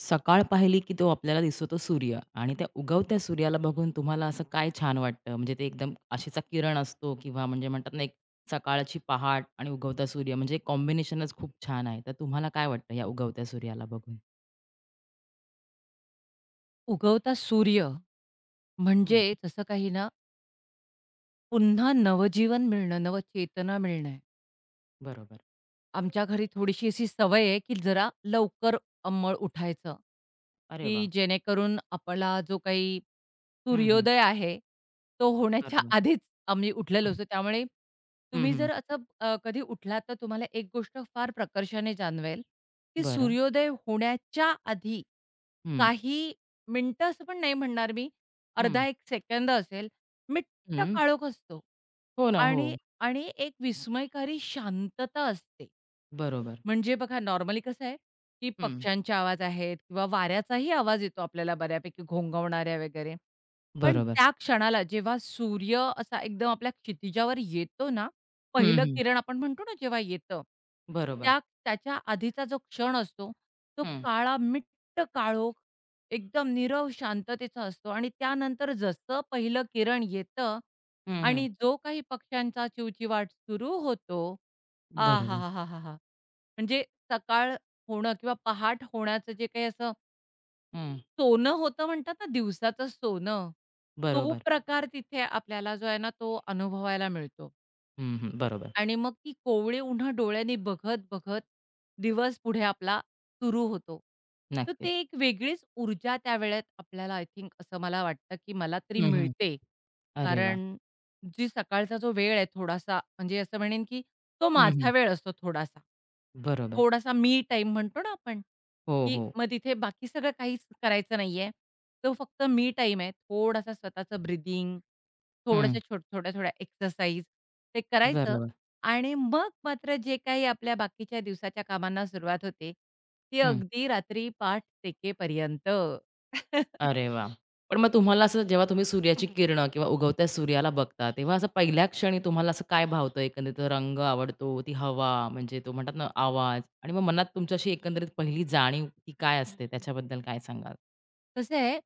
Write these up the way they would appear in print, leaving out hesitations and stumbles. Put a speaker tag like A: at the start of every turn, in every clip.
A: सकाळ पाहिली की तो आपल्याला दिसतो सूर्य आणि त्या उगवत्या सूर्याला बघून तुम्हाला असं काय छान वाटतं? म्हणजे ते एकदम आशेचा किरण असतो किंवा म्हणजे म्हणतात ना, एक सकाळची पहाट आणि उगवता सूर्य म्हणजे कॉम्बिनेशनच खूप छान आहे. तर तुम्हाला काय वाटतं या उगवत्या सूर्याला बघून?
B: उगवता सूर्य
A: हं,
B: म्हणजे तसं काही ना, पुन्हा नवजीवन मिळणं, नवचेतना मिळणं.
A: बरोबर.
B: आमच्या घरी थोडीशी अशी सवय आहे, की जरा लवकर अंमळ उठायचं,
A: अरे
B: की
A: वाह!
B: जेणेकरून आपला जो काही
A: हं, हं.
B: सूर्योदय आहे, तो होण्याच्या
A: बरोबर.
B: आधीच आम्ही उठलेलो
A: हं,
B: असतो. त्यामुळे
A: हं,
B: तुम्ही
A: हं.
B: जर असं कधी उठलात, तर तुम्हाला एक गोष्ट फार प्रकर्षाने जाणवेल, की
A: बरं.
B: सूर्योदय होण्याच्या आधी
A: हं,
B: काही मिनिटं असं पण नाही म्हणणार मी,
A: हं,
B: अर्धा 1 सेकंद असेल, मिट्ट
A: हं.
B: काळोख असतो
A: हो ना, हो.
B: आणि आणि एक विस्मयकारी शांतता असते.
A: बरोबर.
B: म्हणजे बघा नॉर्मली कसं आहे, की
A: हं.
B: पक्ष्यांचे आवाज आहेत किंवा वाऱ्याचाही आवाज येतो आपल्याला बऱ्यापैकी घोंघवणाऱ्या वगैरे. पण
A: बरोबर.
B: त्या क्षणाला जेव्हा सूर्य असा एकदम आपल्या क्षितिजावर येतो ना,
A: हं,
B: पहिलं
A: हं.
B: किरण आपण म्हणतो ना जेव्हा येतं,
A: बरोबर.
B: त्या त्याच्या आधीचा जो क्षण असतो, तो
A: हं,
B: काळा मिट्ट काळोख, एकदम नीरव शांततेचा असतो आणि त्यानंतर जसं पहिलं किरण येतं
A: हं, हं.
B: आणि जो काही पक्ष्यांचा चिवचिवाट सुरू होतो,
A: बरोबर.
B: आहाहाहाहा! म्हणजे सकाळ होणं किंवा पहाट होण्याचं जे काही असं
A: हं.
B: सोनं होतं म्हणतात ना, दिवसाचं सोनं, तो
A: बरोबर.
B: प्रकार तिथे आपल्याला जो आहे ना, तो अनुभवायला मिळतो.
A: हं, हं. बरोबर.
B: आणि मग ती कोवळी उन्हं डोळ्यांनी बघत-बघत दिवस पुढे आपला सुरू होतो. तर ते
A: नक्कीच.
B: एक वेगळीच ऊर्जा त्या वेळेत आपल्याला आय थिंक असं मला वाटतं, की मला तरी
A: हं, हं.
B: मिळते.
A: अरे वाह!
B: कारण जी सकाळचा जो वेळ आहे थोडासा म्हणजे असं म्हणेन, की तो
A: हं, हं.
B: माझा वेळ असतो थोडासा.
A: बरोबर.
B: थोडासा मी टाईम म्हणतो ना आपण,
A: हो,
B: की
A: हो.
B: मग तिथे बाकी सगळं काहीच करायचं नाहीये. तो फक्त मी टाईम आहे. थोडासा स्वतःचं ब्रीथिंग,
A: हं.
B: थोड्याशा थोड्या-थोड्या एक्सरसाइज ते करायचं
A: बरोबर.
B: आणि मग मात्र जे काही आपल्या बाकीच्या दिवसाच्या कामांना सुरुवात होते, ती
A: हं.
B: अगदी रात्री पाठ तेकेपर्यंत.
A: अरे वाह! पण मग तुम्हाला असं जेव्हा तुम्ही सूर्याची किरणं किंवा उगवत्या सूर्याला बघता, तेव्हा असं पहिल्या क्षणी तुम्हाला असं काय भावतं? एकंदरीत रंग आवडतो, ती हवा म्हणजे तो म्हणतात ना आवाज आणि मग मनात तुमची अशी एकंदरीत पहिली जाणीव ती काय असते? त्याच्याबद्दल काय सांगाल?
B: कसं आहे,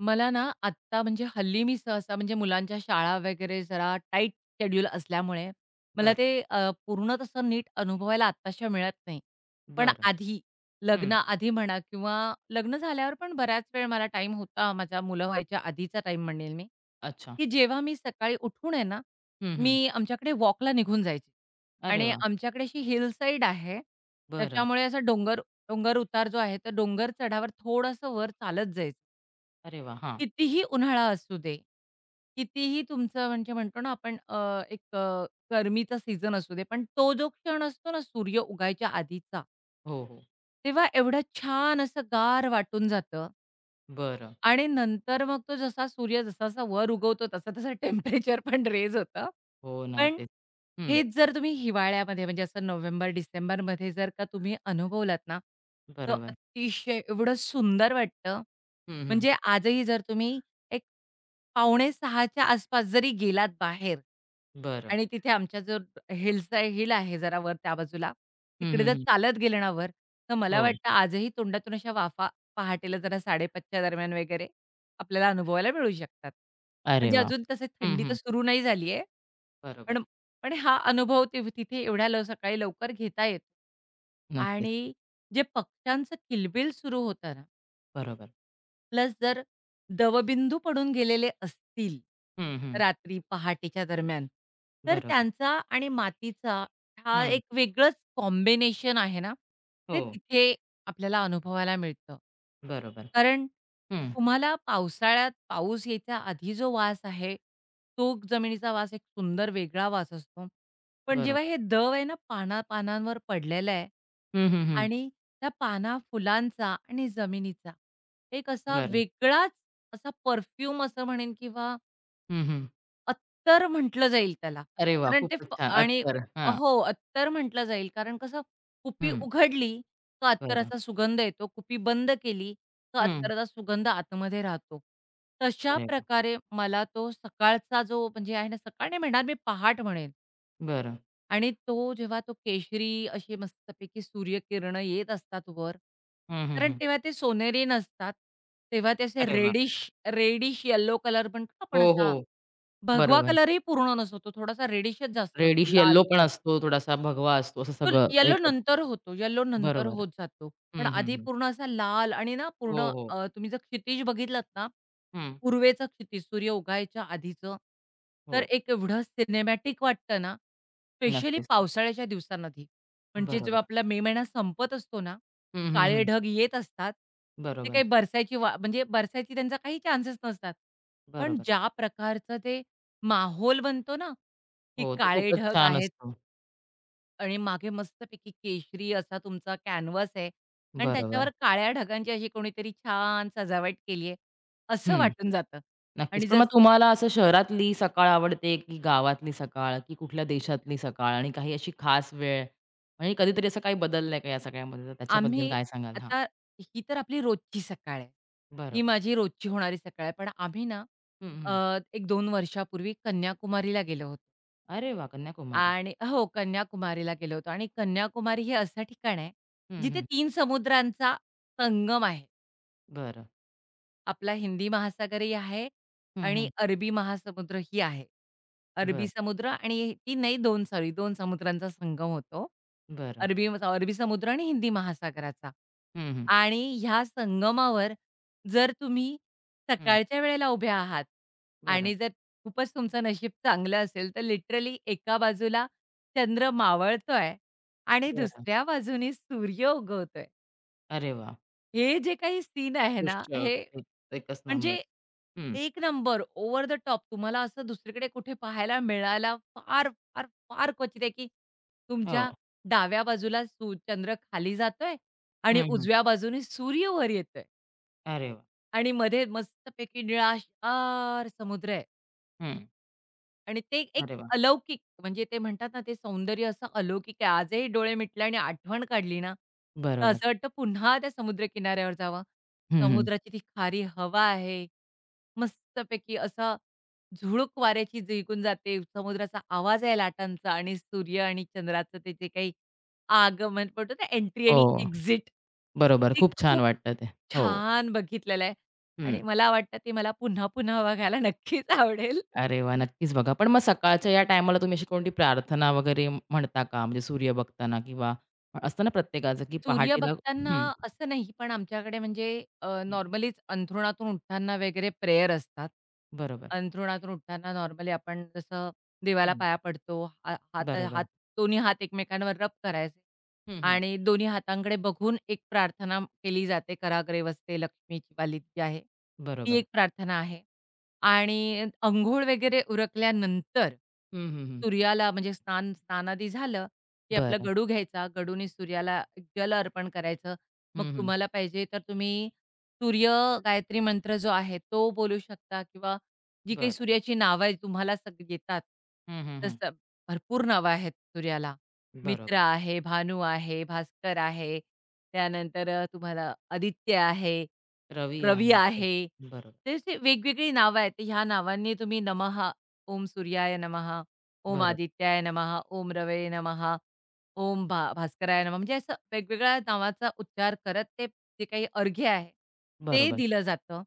B: मला ना आत्ता म्हणजे हल्ली मी सहसा म्हणजे मुलांच्या शाळा वगैरे जरा टाईट शेड्यूल असल्यामुळे मला
A: बरं,
B: ते पूर्ण तसं नीट अनुभवायला आत्ताशा मिळत नाही. पण
A: बरं.
B: आधी,
A: हं.
B: लग्नाआधी म्हणा किंवा लग्न झाल्यावर पण बऱ्याच वेळ मला टाईम होता, माझ्या मुलं व्हायच्या आधीचा टाईम म्हणेल मी,
A: अच्छा.
B: की जेव्हा मी सकाळी उठून आहे ना,
A: हं, हं.
B: मी आमच्याकडे वॉकला निघून जायचे
A: अरे
B: आणि
A: वाह!
B: आमच्याकडे अशी हिल साईड आहे,
A: बरं.
B: त्याच्यामुळे असा डोंगर डोंगर उतार जो आहे, तर डोंगर चढावर थोडंसं वर चालत जायचं.
A: अरे वाह! हां.
B: कितीही उन्हाळा असू दे, कितीही तुमचं म्हणजे म्हणतो ना आपण एक गरमीचा सीझन असू दे, पण तो जो क्षण असतो ना सूर्य उगायच्या आधीचा,
A: हो, हो.
B: तेव्हा एवढं छान असं गार वाटून जातं
A: बरं.
B: आणि नंतर मग तो जसा सूर्य जसा-जसा वर उगवतो तसं-तसं टेम्परेचर पण रेज होतं.
A: हो ना,
B: पण
A: तेच. हं.
B: हेच जर तुम्ही हिवाळ्यामध्ये म्हणजे असं नोव्हेंबर-डिसेंबरमध्ये जर का तुम्ही अनुभवलात ना, तर
A: बरोबर.
B: अतिशय एवढं सुंदर वाटतं.
A: हं, हं.
B: म्हणजे आजही जर तुम्ही पावणे सहाच्या आसपास जरी गेलात बाहेर
A: बरं.
B: आणि तिथे आमच्या जो हिलचा हिल आहे जरा वर त्या बाजूला,
A: हं,
B: तिकडे
A: हं,
B: जर
A: हं.
B: चालत गेले ना वर, तर मला
A: हो.
B: वाटतं आजही तोंडातून अशा वाफा पहाटेला जरा 5:30च्या दरम्यान वगैरे आपल्याला अनुभवायला मिळू शकतात.
A: अरे
B: म्हणजे
A: वाह!
B: अजून तसं
A: हं,
B: थंडी तर
A: हं.
B: सुरू नाही झाली आहे.
A: बरोबर.
B: पण पण हा अनुभव तिथे एवढ्या सकाळी लवकर घेता येतो.
A: नक्कीच.
B: आणि जे पक्ष्यांचं किलबिल सुरू होतं ना
A: बरोबर.
B: प्लस जर दवबिंदू पडून गेलेले असतील,
A: हं, हं.
B: रात्री पहाटेच्या दरम्यान, तर
A: बरोबर.
B: त्यांचा आणि मातीचा हा
A: हं.
B: एक वेगळंच कॉम्बिनेशन आहे ना, ते
A: हो.
B: तिथे आपल्याला अनुभवायला मिळतं.
A: बरोबर.
B: कारण
A: हं.
B: तुम्हाला पावसाळ्यात पाऊस यायच्या आधी जो वास आहे, तो जमिनीचा वास एक सुंदर वेगळा वास असतो. पण जेव्हा
A: बरोबर.
B: हे दव आहे ना पाना-पानांवर पडलेलं आहे
A: हं, हं, हं.
B: आणि त्या पाना, फुलांचा आणि जमिनीचा एक असा
A: बरं.
B: वेगळाच असा परफ्यूम असं म्हणेन किंवा
A: हं, हं.
B: अत्तर म्हटलं जाईल त्याला.
A: अरे वाह!
B: कारण ते
A: खूपच छान.
B: आणि
A: अत्तर. हां.
B: हो, अत्तर म्हटलं जाईल. कारण कसं कुपी
A: हं.
B: उघडली का
A: बरं.
B: अत्तराचा सुगंध येतो, कुपी बंद केली का
A: हं.
B: अत्तराचा सुगंध आतमध्ये राहतो. तशा
A: अरे वाह!
B: प्रकारे मला तो सकाळचा जो म्हणजे आहे ना, सकाळ नाही म्हणणार मी पहाट म्हणेन.
A: बरं.
B: आणि तो जेव्हा तो केशरी अशी मस्तपैकी सूर्यकिरणं येत असतात वर,
A: हं, हं,
B: कारण
A: हं.
B: तेव्हा ते सोनेरी नसतात. तेव्हा ते असे
A: अरे वाह!
B: रेडिश रेडिश येलो कलर म्हणतो ना आपण,
A: हो,
B: असा
A: हो.
B: भगवा
A: बरोबर.
B: कलरही पूर्ण नसतो. तो थोडासा रेडिशच जास्त असतो,
A: रेडिश येल्लो पण
B: लालसर.
A: असतो, थोडासा भगवा असतो, असं
B: तो
A: सगळं
B: येलो
A: एकत्र.
B: नंतर होतो, येलो नंतर
A: बरोबर.
B: होत जातो. पण
A: हं, हं,
B: आधी
A: हं.
B: पूर्ण असा लाल आणि ना पूर्ण
A: हो, हो.
B: तुम्ही जर क्षितिज बघितलात ना,
A: हं.
B: पूर्वेचं क्षितिज सूर्य उगवायच्या आधीचं,
A: हो.
B: तर एक एवढं सिनेमॅटिक वाटतं ना, स्पेशली
A: नक्कीच.
B: पावसाळ्याच्या दिवसांमध्ये. म्हणजे
A: बरोबर.
B: जेव्हा आपला मे महिना संपत असतो ना,
A: हं, हं,
B: काळे
A: हं.
B: ढग येत असतात. ते
A: बरोबर.
B: काही बरसायची वा म्हणजे बरसायची त्यांचा काही चान्सेस नसतात. पण
A: बरोबर.
B: ज्या प्रकारचं ते माहोल बनतो ना, की
A: हो, तो
B: काळे
A: खूपच
B: ढग
A: छान
B: आहेत
A: असतो.
B: आणि मागे मस्तपैकी केशरी असा तुमचा कॅनव्हास आहे आणि
A: बरोबर.
B: त्याच्यावर काळ्या ढगांची अशी कोणीतरी छान सजावट केली आहे, असं
A: हं,
B: वाटून जातं.
A: नक्कीच.
B: आणि
A: पण मग
B: जसं
A: तुम्हाला असं शहरातली सकाळ आवडते, की गावातली सकाळ, की कुठल्या देशातली सकाळ आणि काही अशी खास वेळ? म्हणजे कधीतरी असं काही बदललंय का या सगळ्यामध्ये? तर त्याच्याबद्दल
B: आम्ही
A: काय सांगाल? हां,
B: आता ही तर आपली रोजची सकाळ आहे. ही
A: बरोबर.
B: माझी रोजची होणारी सकाळ आहे. पण आम्ही ना
A: हं,
B: अ,
A: हं.
B: 1-2 वर्षापूर्वी कन्याकुमारीला गेलो होतो
A: अरे वाह! कन्याकुमारी.
B: आणि हो, कन्याकुमारीला गेलो होतो आणि कन्याकुमारी हे असं ठिकाण आहे,
A: हं,
B: जिथे
A: हं.
B: 3 समुद्रांचा संगम आहे.
A: बरं.
B: आपला हिंदी महासागरही आहे
A: हं,
B: आणि
A: हं.
B: अरबी महासमुद्र ही आहे. अरबी
A: बरं,
B: समुद्र आणि ती नाही 2 सॉरी 2 समुद्रांचा संगम होतो.
A: बरं.
B: अरबी अरबी समुद्र आणि हिंदी महासागराचा.
A: हं, हं.
B: आणि ह्या संगमावर जर तुम्ही
A: हं.
B: सकाळच्या वेळेला उभे आहात
A: बरं,
B: आणि जर खूपच तुमचं नशीब चांगलं असेल, तर लिटरली एका बाजूला चंद्र मावळतोय आणि
A: बरं.
B: दुसऱ्या बाजूने सूर्य उगवतोय.
A: अरे वाह!
B: हे जे काही सीन आहे ना,
A: दृश्य
B: हे
A: एक एकच नंबर.
B: म्हणजे
A: हं.
B: एक नंबर ओव्हर द टॉप. तुम्हाला असं दुसरीकडे कुठे पाहायला मिळायला फार, फार, फार क्वचित आहे, की
A: हो.
B: तुमच्या डाव्या बाजूला चंद्र खाली जातोय आणि
A: हं, हं.
B: उजव्या बाजूने सूर्य वर येतोय
A: अरे वाह!
B: आणि मध्ये मस्तपैकी निळाशार समुद्र आहे.
A: हं.
B: आणि ते एक
A: अरे वाह!
B: अलौकिक म्हणजे ते म्हणतात ना, ते सौंदर्य असं अलौकिक आहे. आजही डोळे मिटले आणि आठवण काढली ना, तर
A: बरोबर.
B: असं वाटतं पुन्हा त्या समुद्रकिनाऱ्यावर जावं.
A: हं, हं.
B: समुद्राची ती खारी हवा आहे. मस्तपैकी असा झुळूक वाऱ्याची झिरकून जाते. समुद्राचा आवाज आहे लाटांचा आणि सूर्य आणि चंद्राचं ते जे काही आगमन म्हणतो ना, एंट्री आणि
A: हो.
B: एक्झिट
A: बरोबर.
B: ते
A: खूप छान
B: खूप
A: वाटतं ते. हो.
B: छान बघितलेलं आहे
A: हं.
B: आणि मला वाटतं ते मला पुन्हा-पुन्हा बघायला नक्कीच आवडेल.
A: अरे वाह! नक्कीच बघा. पण मग सकाळच्या या टायमाला तुम्ही अशी कोणती प्रार्थना वगैरे म्हणता का? म्हणजे सूर्य बघताना किंवा असतं ना प्रत्येकाचं, की
B: सूर्य
A: पहाटेला
B: बघताना
A: हं,
B: असं नाही, पण आमच्याकडे म्हणजे
A: हं.
B: नॉर्मलीच अंथरुणातून उठताना वगैरे प्रेयर असतात.
A: बरोबर.
B: अंथरुणातून उठताना नॉर्मली आपण जसं देवाला
A: हं.
B: पाया पडतो, हा हात
A: बरोबर.
B: हात दोन्ही हात एकमेकांवर रब करायचे
A: हं, हं.
B: आणि दोन्ही हातांकडे बघून एक प्रार्थना केली जाते, कराग्रे वसते लक्ष्मीची वाली जी आहे, ती
A: बरोबर.
B: एक प्रार्थना आहे. आणि अंघोळ वगैरे उरकल्यानंतर
A: हं, हं, हं.
B: सूर्याला म्हणजे स्नान स्नानादी झालं की आपला
A: बरं.
B: गडू घ्यायचा, गडूने सूर्याला जल अर्पण करायचं. मग
A: हं, हं.
B: तुम्हाला पाहिजे तर तुम्ही सूर्य गायत्री मंत्र जो आहे तो बोलू शकता किंवा जी काही
A: बरं.
B: सूर्याची नावं आहेत तुम्हाला येतात.
A: हं, हं, हं.
B: जसं भरपूर नावं आहेत सूर्याला. मित्र
A: बरोबर.
B: आहे, भानू आहे, भास्कर आहे, त्यानंतर तुम्हाला आदित्य आहे,
A: रवी आहे.
B: रवी
A: बरोबर.
B: आहे.
A: बरोबर.
B: त्याचे वेगवेगळी नावं आहेत. ह्या नावांनी तुम्ही नमः, ओम सूर्याय नमः, ओम
A: बरोबर.
B: आदित्याय नमः, ओम रवये नमः, ओम भास्कराय नमः, म्हणजे असं वेगवेगळ्या नावाचा उच्चार करत ते जे काही अर्घ्य आहे, ते
A: बरोबर.
B: दिलं जातं.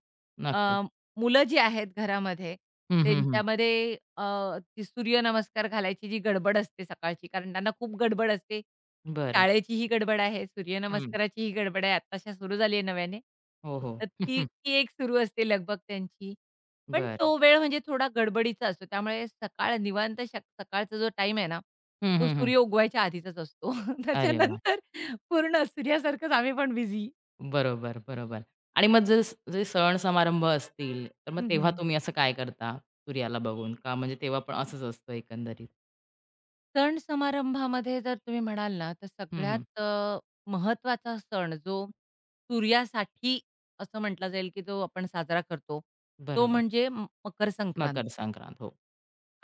B: अ,
A: नक्कीच.
B: मुलं जी आहेत घरामध्ये
A: हं, हं, हं.
B: त्यांच्यामध्ये ती सूर्यनमस्कार घालायची जी गडबड असते सकाळची, कारण त्यांना खूप गडबड असते.
A: बरं.
B: शाळेचीही गडबड आहे,
A: हं.
B: सूर्यनमस्काराचीही गडबड आहे, आत्ताशा सुरू झाली आहे नव्याने.
A: हो, हो.
B: तर ती ती एक सुरू असते लगबग त्यांची. पण
A: बरं.
B: तो वेळ म्हणजे थोडा गडबडीचा असतो. त्यामुळे सकाळ निवांत सकाळचा जो टाईम आहे ना,
A: हं,
B: तो
A: हं, हं.
B: सूर्य उगवायच्या आधीचाच असतो.
A: अरे वाह!
B: त्याच्यानंतर पूर्ण सूर्यासारखंच आम्ही पण बिझी.
A: बरोबर, बरोबर. आणि मग जस जे सण-समारंभ असतील, तर मग
B: हं,
A: तेव्हा
B: हं.
A: तुम्ही असं काय करता सूर्याला बघून? का म्हणजे तेव्हा पण असंच असतं एकंदरीत?
B: सण समारंभामध्ये जर तुम्ही म्हणाल ना, तर
A: हं, हं.
B: सगळ्यात महत्त्वाचा सण जो सूर्यासाठी असं म्हटलं जाईल, की जो आपण साजरा करतो, तो
A: बरोबर.
B: म्हणजे मकर संक्रांत.
A: मकर संक्रांत. हो.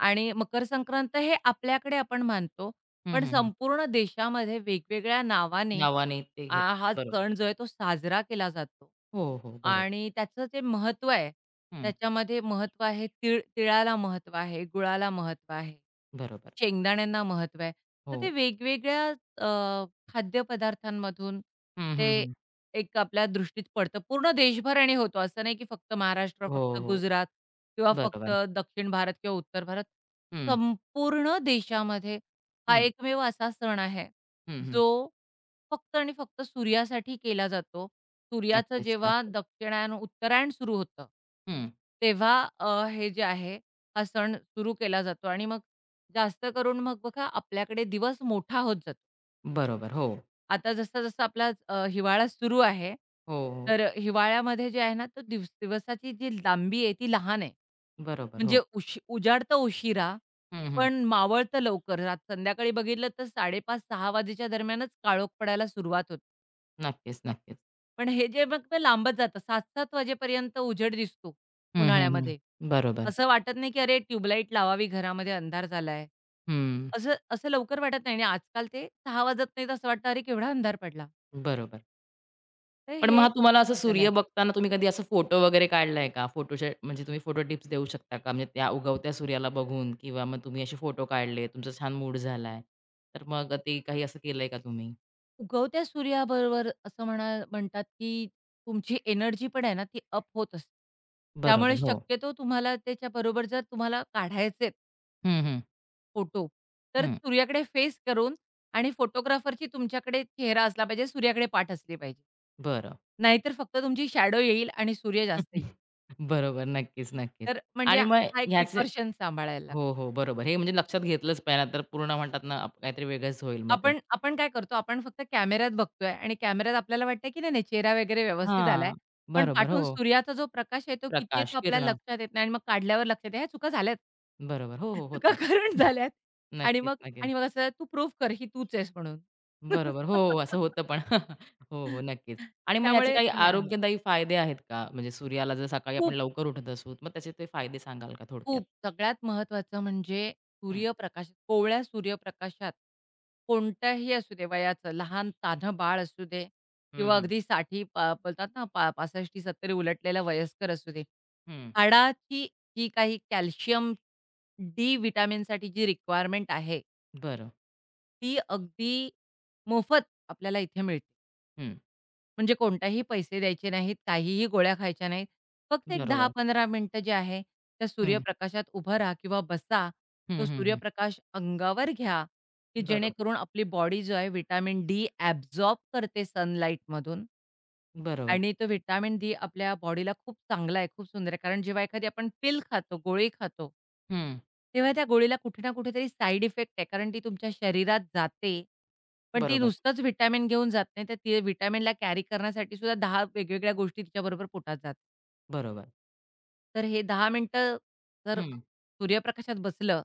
B: आणि मकर संक्रांत हे आपल्याकडे आपण मानतो.
A: हं,
B: पण
A: हं, हं.
B: संपूर्ण देशामध्ये वेगवेगळ्या नावाने
A: नावाने ते घेतलं.
B: हा
A: बरोबर.
B: सण जो आहे तो साजरा केला जातो.
A: हो, हो. बरोबर.
B: आणि त्याचं जे महत्त्व आहे,
A: हं.
B: त्याच्यामध्ये महत्त्व आहे तीळ तिळाला महत्त्व आहे, गुळाला महत्त्व आहे.
A: बरोबर.
B: शेंगदाण्यांना महत्व आहे. तर
A: हो.
B: ते वेगवेगळ्या अ, खाद्यपदार्थांमधून
A: हं,
B: ते
A: हं, हं.
B: एक आपल्या दृष्टीत पडतं. पूर्ण देशभराने होतो. असं नाही की फक्त महाराष्ट्र,
A: हो,
B: फक्त
A: हो.
B: गुजरात किंवा फक्त
A: बरोबर.
B: दक्षिण भारत किंवा उत्तर भारत.
A: हं,
B: संपूर्ण देशामध्ये हा
A: हं.
B: एकमेव असा सण आहे,
A: हं, हं.
B: जो फक्त आणि फक्त सूर्यासाठी केला जातो. सूर्याचं
A: नक्कीच,
B: जेव्हा
A: नक्कीच.
B: दक्षिणायन उत्तरायण सुरू होतं,
A: हं.
B: तेव्हा हे जे आहे हा सण सुरू केला जातो आणि मग जास्त करून मग बघा आपल्याकडे दिवस मोठा होत जातो.
A: बरोबर. हो.
B: आता जसा-जसा आपला हिवाळा सुरू आहे,
A: हो, हो.
B: तर हिवाळ्यामध्ये जे आहे ना, तो दिवस दिवसाची जी लांबी आहे ती लहान आहे.
A: बरोबर. हो.
B: म्हणजे उजाड तर उशिरा,
A: हं, हं.
B: पण मावळतं लवकर. संध्याकाळी बघितलं तर 5:30-6 वाजेच्या दरम्यानच काळोख पडायला सुरुवात होते.
A: नक्कीच, नक्कीच.
B: पण हे जे मग ते लांबत जातं. 7-7 वाजेपर्यंत उजेड दिसतो
A: हं, हं, हं.
B: उन्हाळ्यामध्ये.
A: बरोबर.
B: असं वाटत नाही, की अरे ट्यूबलाईट लावावी घरामध्ये अंधार झालाय.
A: हं.
B: असं असं लवकर वाटत नाही आणि आजकाल ते 6 वाजत नाहीत असं वाटतं, अरे केवढा अंधार पडला.
A: बरोबर.
B: तर
A: पण मग
B: हे
A: हा
B: एक
A: तुम्हाला असं
B: बदल
A: सूर्य
B: आहे.
A: बघताना तुम्ही कधी असा फोटो वगैरे काढलाय का? फोटोचे म्हणजे तुम्ही फोटो टिप्स देऊ शकता का? म्हणजे त्या उगवत्या सूर्याला बघून किंवा मग तुम्ही असे फोटो काढले, तुमचा छान मूड झालाय. तर मग ते काही असं केलंय का तुम्ही?
B: उगवत्या सूर्याबरोबर असं म्हणा म्हणतात, की तुमची एनर्जी पण आहे ना ती अप होत असते. त्यामुळे
A: बरोबर, हो.
B: शक्यतो तुम्हाला त्याच्याबरोबर जर तुम्हाला काढायचेत
A: हं, हं,
B: फोटो. तर
A: हं.
B: सूर्याकडे फेस करून आणि फोटोग्राफरची तुमच्याकडे चेहरा असला पाहिजे, सूर्याकडे पाठ असली पाहिजे.
A: बरं.
B: नाहीतर फक्त तुमची शॅडो येईल आणि सूर्य जास्त येईल.
A: बरोबर. नक्कीच, नक्कीच.
B: तर म्हणजे
A: आणि मग
B: हा एक
A: ह्याचे
B: प्रिकॉशन सांभाळायला लागतो.
A: हो, हो. बरोबर. हे म्हणजे लक्षात घेतलंच पाहिजे नाहीतर पूर्ण म्हणतात ना, काहीतरी वेगळंच होईल मग ते.
B: आपण आपण काय करतो, आपण फक्त कॅमेऱ्यात बघतोय आणि कॅमेऱ्यात आपल्याला वाटतंय, की नाही, नाही चेहरा वगैरे व्यवस्थित आलाय.
A: हां.
B: पण
A: बरोबर.
B: पाठून
A: हो.
B: सूर्याचा जो प्रकाश आहे, तो किती आहे
A: प्रकाश,
B: तो आपल्याला
A: किरणं.
B: लक्षात येत नाही आणि मग काढल्यावर लक्षात येते, ह्या चुका झाल्यात.
A: बरोबर. हो, हो.
B: चुका
A: होतात.
B: करून झाल्यात आणि
A: नक्कीच,
B: मग
A: नक्कीच.
B: असं, "तू प्रूव्ह कर, ही तूच आहेस म्हणून."
A: बरोबर. हो, हो. असं होतं पण. हो, हो. नक्कीच. आणि मग ह्याचे
B: त्यामुळे
A: काही
B: हे आहे.
A: आरोग्यदायी फायदे आहेत का? म्हणजे सूर्याला जर सकाळी आपण
B: खूप,
A: लवकर उठत असू, मग त्याचे ते फायदे सांगाल का थोडक्यात?
B: खूप सगळ्यात महत्त्वाचं म्हणजे
A: हं.
B: सूर्यप्रकाश कोवळ्या सूर्यप्रकाशात कोणत्याही असू दे वयाचं, लहान तान्हं बाळ असू दे
A: हं,
B: किंवा
A: हं.
B: अगदी 60 पा बोलतात ना पा 65-70 उलटलेला वयस्कर असू दे.
A: हं.
B: हाडाची जी काही कॅल्शियम, डी व्हिटॅमिनसाठी जी रिक्वायरमेंट आहे,
A: बरं.
B: ती अगदी मोफत आपल्याला इथे मिळते.
A: हं.
B: म्हणजे कोणताही पैसे द्यायचे नाहीत, काहीही गोळ्या खायच्या नाहीत. फक्त एक
A: बरोबर.
B: 10-15 मिनिटं जे आहे, त्या
A: हं.
B: सूर्यप्रकाशात उभं राहा किंवा बसा. तो
A: हं, हं, हं.
B: सूर्यप्रकाश अंगावर घ्या, की
A: बरोबर.
B: जेणेकरून आपली बॉडी जो आहे, विटामिन डी ॲब्झॉर्ब करते सनलाईटमधून
A: बरोबर.
B: आणि तो व्हिटॅमिन डी आपल्या बॉडीला खूप चांगला आहे, खूप सुंदर आहे. कारण जेव्हा एखादी आपण पिल खातो, गोळी खातो,
A: हं.
B: तेव्हा त्या गोळीला कुठे ना कुठेतरी साइड इफेक्ट आहे. कारण ती तुमच्या शरीरात जाते. पण ती
A: बरोबर.
B: नुसतंच व्हिटॅमिन घेऊन जात नाही, तर ती व्हिटॅमिनला कॅरी करण्यासाठी सुद्धा 10 वेगवेगळ्या गोष्टी तिच्याबरोबर पोटात जातात.
A: बरोबर.
B: तर हे 10 मिनिटं जर
A: हं.
B: सूर्यप्रकाशात बसलं,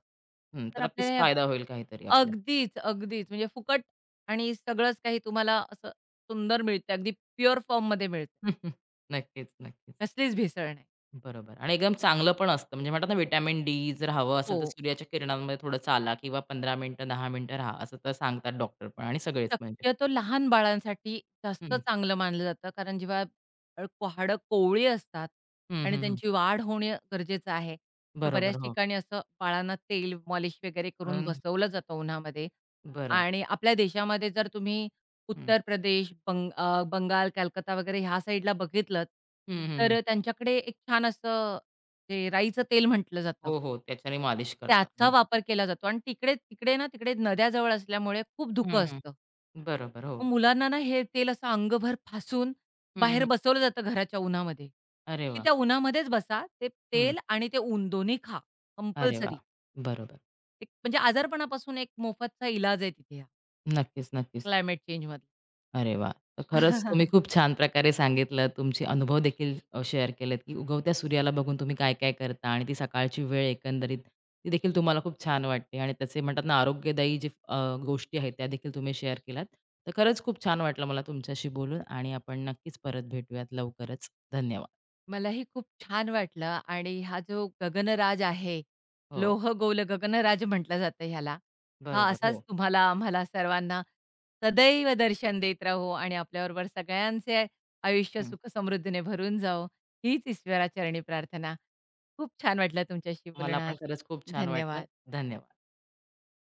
A: हं.
B: तर
A: तर नक्कीच
B: आपल्याला हे
A: फायदा होईल काहीतरी आपल्याला.
B: अगदीच, अगदीच म्हणजे फुकट आणि सगळंच काही तुम्हाला असं सुंदर मिळतं. अगदी प्युअर फॉर्ममध्ये मिळतं.
A: नक्कीच, नक्कीच.
B: कसलीच भेसळ नाही.
A: बरोबर आणि एकदम चांगलं पण असतं. म्हणजे म्हणतात ना, व्हिटॅमिन डी जर हवं असेल
B: हो.
A: तर सूर्याच्या किरणांमध्ये थोडं चाला किंवा 15 मिनिटं, 10 मिनिटं राहा, असं तर सांगतात डॉक्टर पण आणि सगळेच म्हणजे.
B: शक्यतो लहान बाळांसाठी जास्त
A: हं.
B: चांगलं मानलं जातं. कारण जेव्हा हाडं कोवळी असतात
A: हं,
B: आणि
A: हं, हं.
B: त्यांची वाढ होणे गरजेचं आहे. तर
A: बरोबर,
B: बऱ्याच
A: हो.
B: ठिकाणी असं बाळांना तेल मॉलिश वगैरे करून
A: कारण
B: बसवलं जातं उन्हामध्ये.
A: बरं.
B: आणि आपल्या देशामध्ये जर तुम्ही
A: हं.
B: उत्तर प्रदेश, बंगाल, कलकत्ता वगैरे ह्या साईडला बघितलंत,
A: हं, हं, हं.
B: तर त्यांच्याकडे एक छान असं ते राईचं तेल म्हटलं जातं.
A: हो, हो. त्याच्याने मालिश करतात.
B: त्याचा वापर केला जातो आणि तिकडे तिकडे ना तिकडे नद्या जवळ असल्यामुळे खूप
A: हं,
B: धुकं
A: हं.
B: असतं.
A: बरोबर, हो.
B: मग मुलांना ना हे तेल असं अंगभर फासून
A: हं,
B: बाहेर
A: हं.
B: बसवलं जातं घराच्या उन्हामध्ये,
A: अरे
B: की
A: वाह!
B: त्या उन्हामध्येच बसा. ते
A: हं.
B: तेल आणि ते ऊन दोन्ही खा
A: अरे
B: कंपल्सरी.
A: वाह! बरोबर.
B: एक म्हणजे आजारपणापासून एक मोफतचा इलाज आहे तिथे हा
A: नक्कीच, नक्कीच.
B: क्लायमेट चेंजमधला.
A: अरे वा, तर खरंच तुम्ही खूप छान प्रकारे सांगितलं. तुमचे अनुभव देखील शेअर केलेत, की उगवत्या सूर्याला बघून तुम्ही काय-काय करता आणि ती सकाळची वेळ एकंदरीत ती देखील तुम्हाला खूप छान वाटते आणि त्याचे म्हणतात ना आरोग्यदायी जे गोष्टी आहेत त्या देखील तुम्ही शेअर केल्यात. तर खरंच खूप छान वाटलं मला तुमच्याशी बोलून आणि आपण नक्कीच परत भेटूयात लवकरच. धन्यवाद.
B: मलाही खूप छान वाटलं आणि हा जो गगनराज आहे,
A: हो,
B: लोह गोल गगनराज म्हटलं जातं ह्याला. हा
A: बरोबर.
B: असाच
A: हो.
B: तुम्हाला, आम्हाला सर्वांना सदैव दर्शन देत राहो आणि आपल्याबरोबर सगळ्यांचे आयुष्य
A: हं.
B: सुख-समृद्धीने भरून जावो, हीच ईश्वराचरणी प्रार्थना. खूप छान वाटलं तुमच्याशी
A: मला
B: बोलून
A: पण
B: आज.
A: खरंच खूप छान वाटलं.
B: धन्यवाद.
A: धन्यवाद.